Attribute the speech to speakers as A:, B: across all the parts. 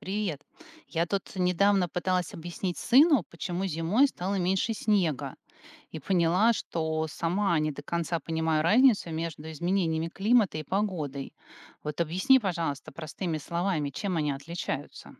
A: Привет. Я тут недавно пыталась объяснить сыну, почему зимой стало меньше снега, и поняла, что сама не до конца понимаю разницу между изменениями климата и погодой. Вот объясни, пожалуйста, простыми словами, чем они отличаются.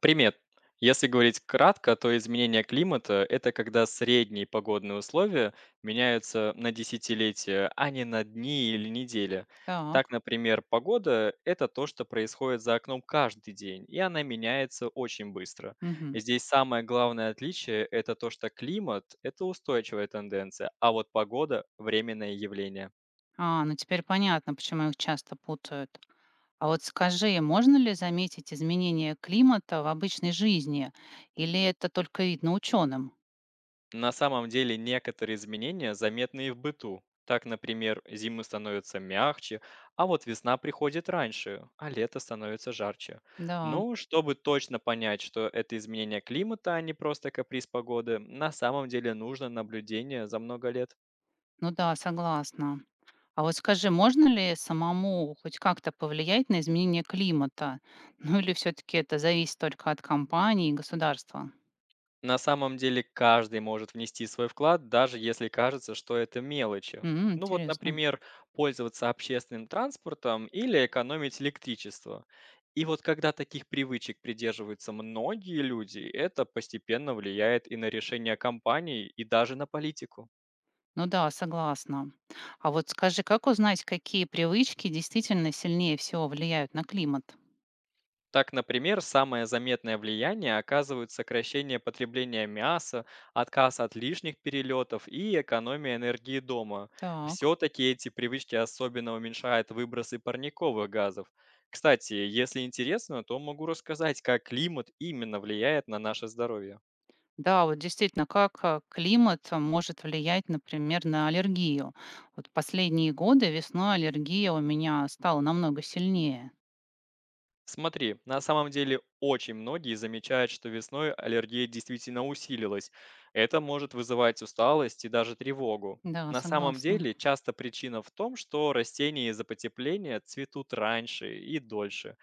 B: Привет. Если говорить кратко, то изменение климата — это когда средние погодные условия меняются на десятилетия, а не на дни или недели. Так,
A: Так.
B: например, погода — это то, что происходит за окном каждый день, и она меняется очень быстро.
A: Мгм.
B: Здесь самое главное отличие — это то, что климат — это устойчивая тенденция, а вот погода — временное явление.
A: А, ну теперь понятно, почему их часто путают. А вот скажи, можно ли заметить изменения климата в обычной жизни, или это только видно ученым?
B: На самом деле некоторые изменения заметны и в быту. Так, например, зимы становятся мягче, а вот весна приходит раньше, а лето становится жарче.
A: Да,
B: Ну, чтобы точно понять, что это изменение климата, а не просто каприз погоды, на самом деле нужно наблюдение за много лет.
A: ну да, согласна. А вот скажи, можно ли самому хоть как-то повлиять на изменение климата? Ну или все-таки это зависит только от компании и государства?
B: На самом деле каждый может внести свой вклад, даже если кажется, что это мелочи.
A: М,
B: Ну вот,
A: интересно.
B: например, пользоваться общественным транспортом или экономить электричество. И вот когда таких привычек придерживаются многие люди, это постепенно влияет и на решения компаний, и даже на политику.
A: Ну да, согласна. А вот скажи, как узнать, какие привычки действительно сильнее всего влияют на климат?
B: Так, например, самое заметное влияние оказывают сокращение потребления мяса, отказ от лишних перелетов и экономия энергии дома.
A: Так.
B: Все-таки эти привычки особенно уменьшают выбросы парниковых газов. Кстати, если интересно, то могу рассказать, как климат именно влияет на наше здоровье.
A: Да, вот действительно, как климат может влиять, например, на аллергию. Вот последние годы весной аллергия у меня стала намного сильнее.
B: Смотри, на самом деле очень многие замечают, что весной аллергия действительно усилилась. Это может вызывать усталость и даже тревогу.
A: Да,
B: На самом
A: согласна.
B: деле часто причина в том, что растения из-за потепления цветут раньше и дольше.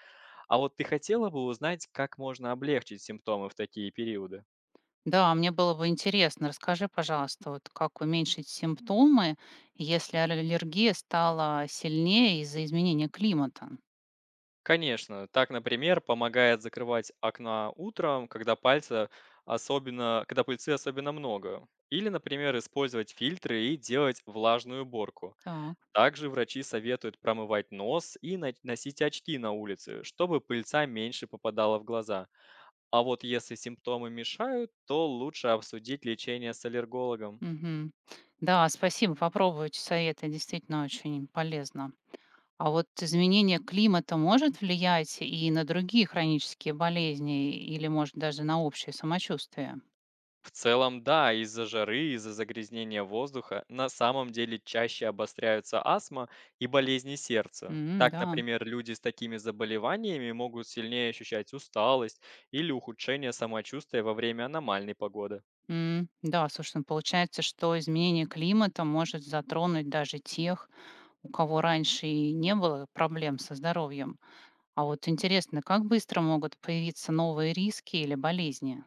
B: А вот ты хотела бы узнать, как можно облегчить симптомы в такие периоды?
A: Да, мне было бы интересно. Расскажи, пожалуйста, вот как уменьшить симптомы, если аллергия стала сильнее из-за изменения климата?
B: Конечно, так, например, помогает закрывать окна утром, когда пыльцы особенно много. Или, например, использовать фильтры и делать влажную уборку.
A: Так,
B: Также врачи советуют промывать нос и носить очки на улице, чтобы пыльца меньше попадала в глаза. А вот если симптомы мешают, то лучше обсудить лечение с аллергологом.
A: мгм. Да, спасибо, попробую эти советы, действительно очень полезно. А вот изменение климата может влиять и на другие хронические болезни, или, может, даже на общее самочувствие?
B: В целом, да, из-за жары, из-за загрязнения воздуха на самом деле чаще обостряются астма и болезни сердца.
A: М,
B: Так,
A: да.
B: например, люди с такими заболеваниями могут сильнее ощущать усталость или ухудшение самочувствия во время аномальной погоды.
A: М, да, слушай, ну, получается, что изменение климата может затронуть даже тех, у кого раньше и не было проблем со здоровьем. А вот интересно, как быстро могут появиться новые риски или болезни?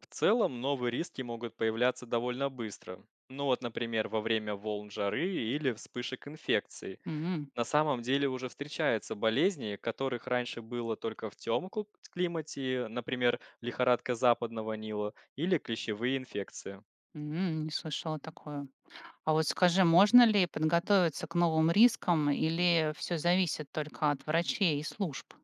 B: В целом, новые риски могут появляться довольно быстро. Ну вот, например, во время волн жары или вспышек инфекций.
A: М,
B: На самом деле уже встречаются болезни, которых раньше было только в темном климате, например, лихорадка западного Нила или клещевые инфекции.
A: не слышала такое. А вот скажи, можно ли подготовиться к новым рискам или все зависит только от врачей и служб?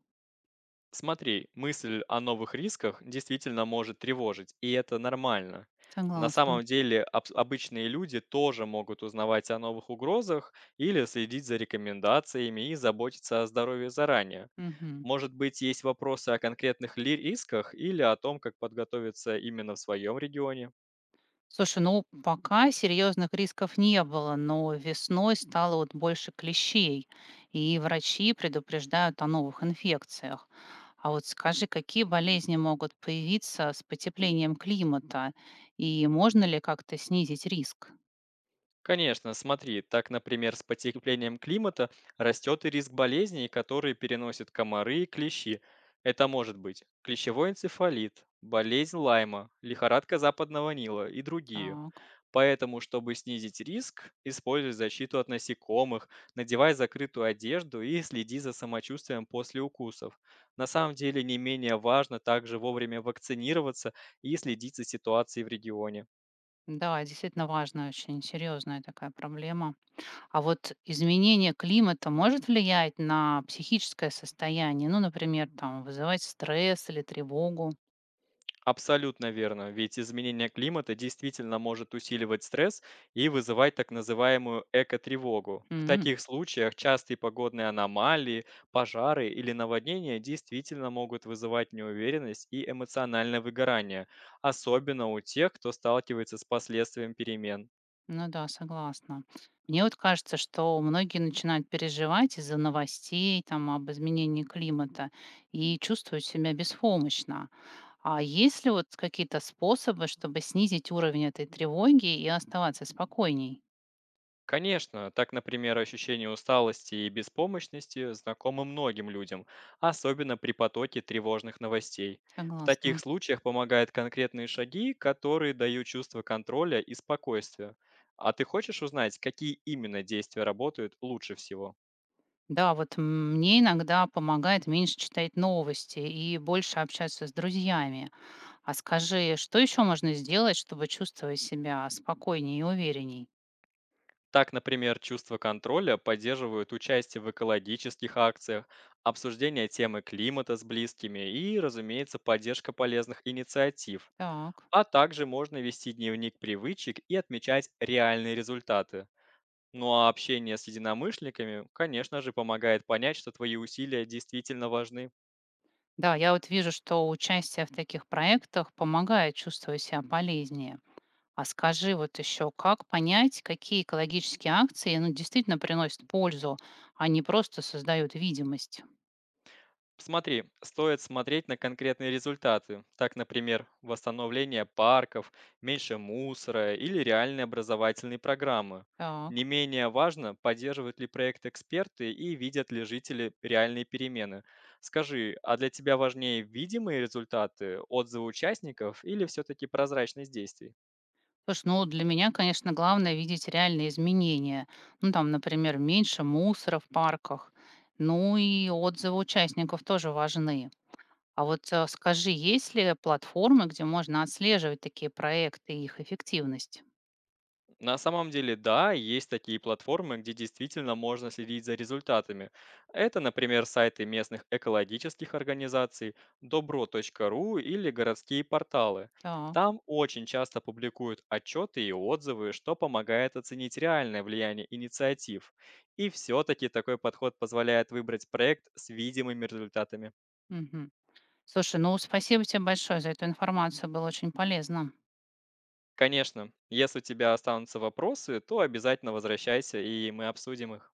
B: Смотри, мысль о новых рисках действительно может тревожить, и это нормально. На
A: Согласна.
B: самом деле обычные люди тоже могут узнавать о новых угрозах или следить за рекомендациями и заботиться о здоровье заранее.
A: Мгм.
B: Может быть, есть вопросы о конкретных ли рисках или о том, как подготовиться именно в своем регионе?
A: Слушай, ну пока серьезных рисков не было, но весной стало вот больше клещей, и врачи предупреждают о новых инфекциях. А вот скажи, какие болезни могут появиться с потеплением климата, и можно ли как-то снизить риск?
B: Конечно, смотри, так, например, с потеплением климата растет и риск болезней, которые переносят комары и клещи. Это может быть клещевой энцефалит, болезнь Лайма, лихорадка западного Нила и другие.
A: Так,
B: Поэтому, чтобы снизить риск, используй защиту от насекомых, надевай закрытую одежду и следи за самочувствием после укусов. На самом деле не менее важно также вовремя вакцинироваться и следить за ситуацией в регионе.
A: да, действительно важная, очень серьезная такая проблема. А вот изменение климата может влиять на психическое состояние, ну, например, там, вызывать стресс или тревогу?
B: Абсолютно верно, ведь изменение климата действительно может усиливать стресс и вызывать так называемую экотревогу. В
A: М.
B: таких случаях частые погодные аномалии, пожары или наводнения действительно могут вызывать неуверенность и эмоциональное выгорание, особенно у тех, кто сталкивается с последствием перемен.
A: Ну да, согласна. Мне вот кажется, что многие начинают переживать из-за новостей там, об изменении климата и чувствуют себя беспомощно. А есть ли вот какие-то способы, чтобы снизить уровень этой тревоги и оставаться спокойней?
B: Конечно, так, например, ощущение усталости и беспомощности знакомо многим людям, особенно при потоке тревожных новостей. В таких
A: Согласна.
B: случаях помогают конкретные шаги, которые дают чувство контроля и спокойствия. А ты хочешь узнать, какие именно действия работают лучше всего?
A: Да, вот мне иногда помогает меньше читать новости и больше общаться с друзьями. А скажи, что еще можно сделать, чтобы чувствовать себя спокойнее и уверенней?
B: Так, например, чувство контроля поддерживают участие в экологических акциях, обсуждение темы климата с близкими и, разумеется, поддержка полезных инициатив.
A: Так.
B: А также можно вести дневник привычек и отмечать реальные результаты. Ну а общение с единомышленниками, конечно же, помогает понять, что твои усилия действительно важны.
A: Да, я вот вижу, что участие в таких проектах помогает чувствовать себя полезнее. А скажи вот еще, как понять, какие экологические акции ну, действительно приносят пользу, а не просто создают видимость?
B: Смотри, стоит смотреть на конкретные результаты. Так, например, восстановление парков, меньше мусора или реальные образовательные программы. Не
A: Так.
B: менее важно, поддерживают ли проект эксперты и видят ли жители реальные перемены. Скажи, а для тебя важнее видимые результаты, отзывы участников или все-таки прозрачность действий?
A: Слушай, ну для меня, конечно, главное видеть реальные изменения. Ну там, например, меньше мусора в парках. Ну и отзывы участников тоже важны. А вот скажи, есть ли платформы, где можно отслеживать такие проекты и их эффективность?
B: На самом деле, да, есть такие платформы, где действительно можно следить за результатами. Это, например, сайты местных экологических организаций, добро.ру или городские порталы.
A: Так.
B: Там очень часто публикуют отчеты и отзывы, что помогает оценить реальное влияние инициатив. И все-таки такой подход позволяет выбрать проект с видимыми результатами.
A: Мгм. Слушай, ну спасибо тебе большое за эту информацию, было очень полезно.
B: Конечно, если у тебя останутся вопросы, то обязательно возвращайся, и мы обсудим их.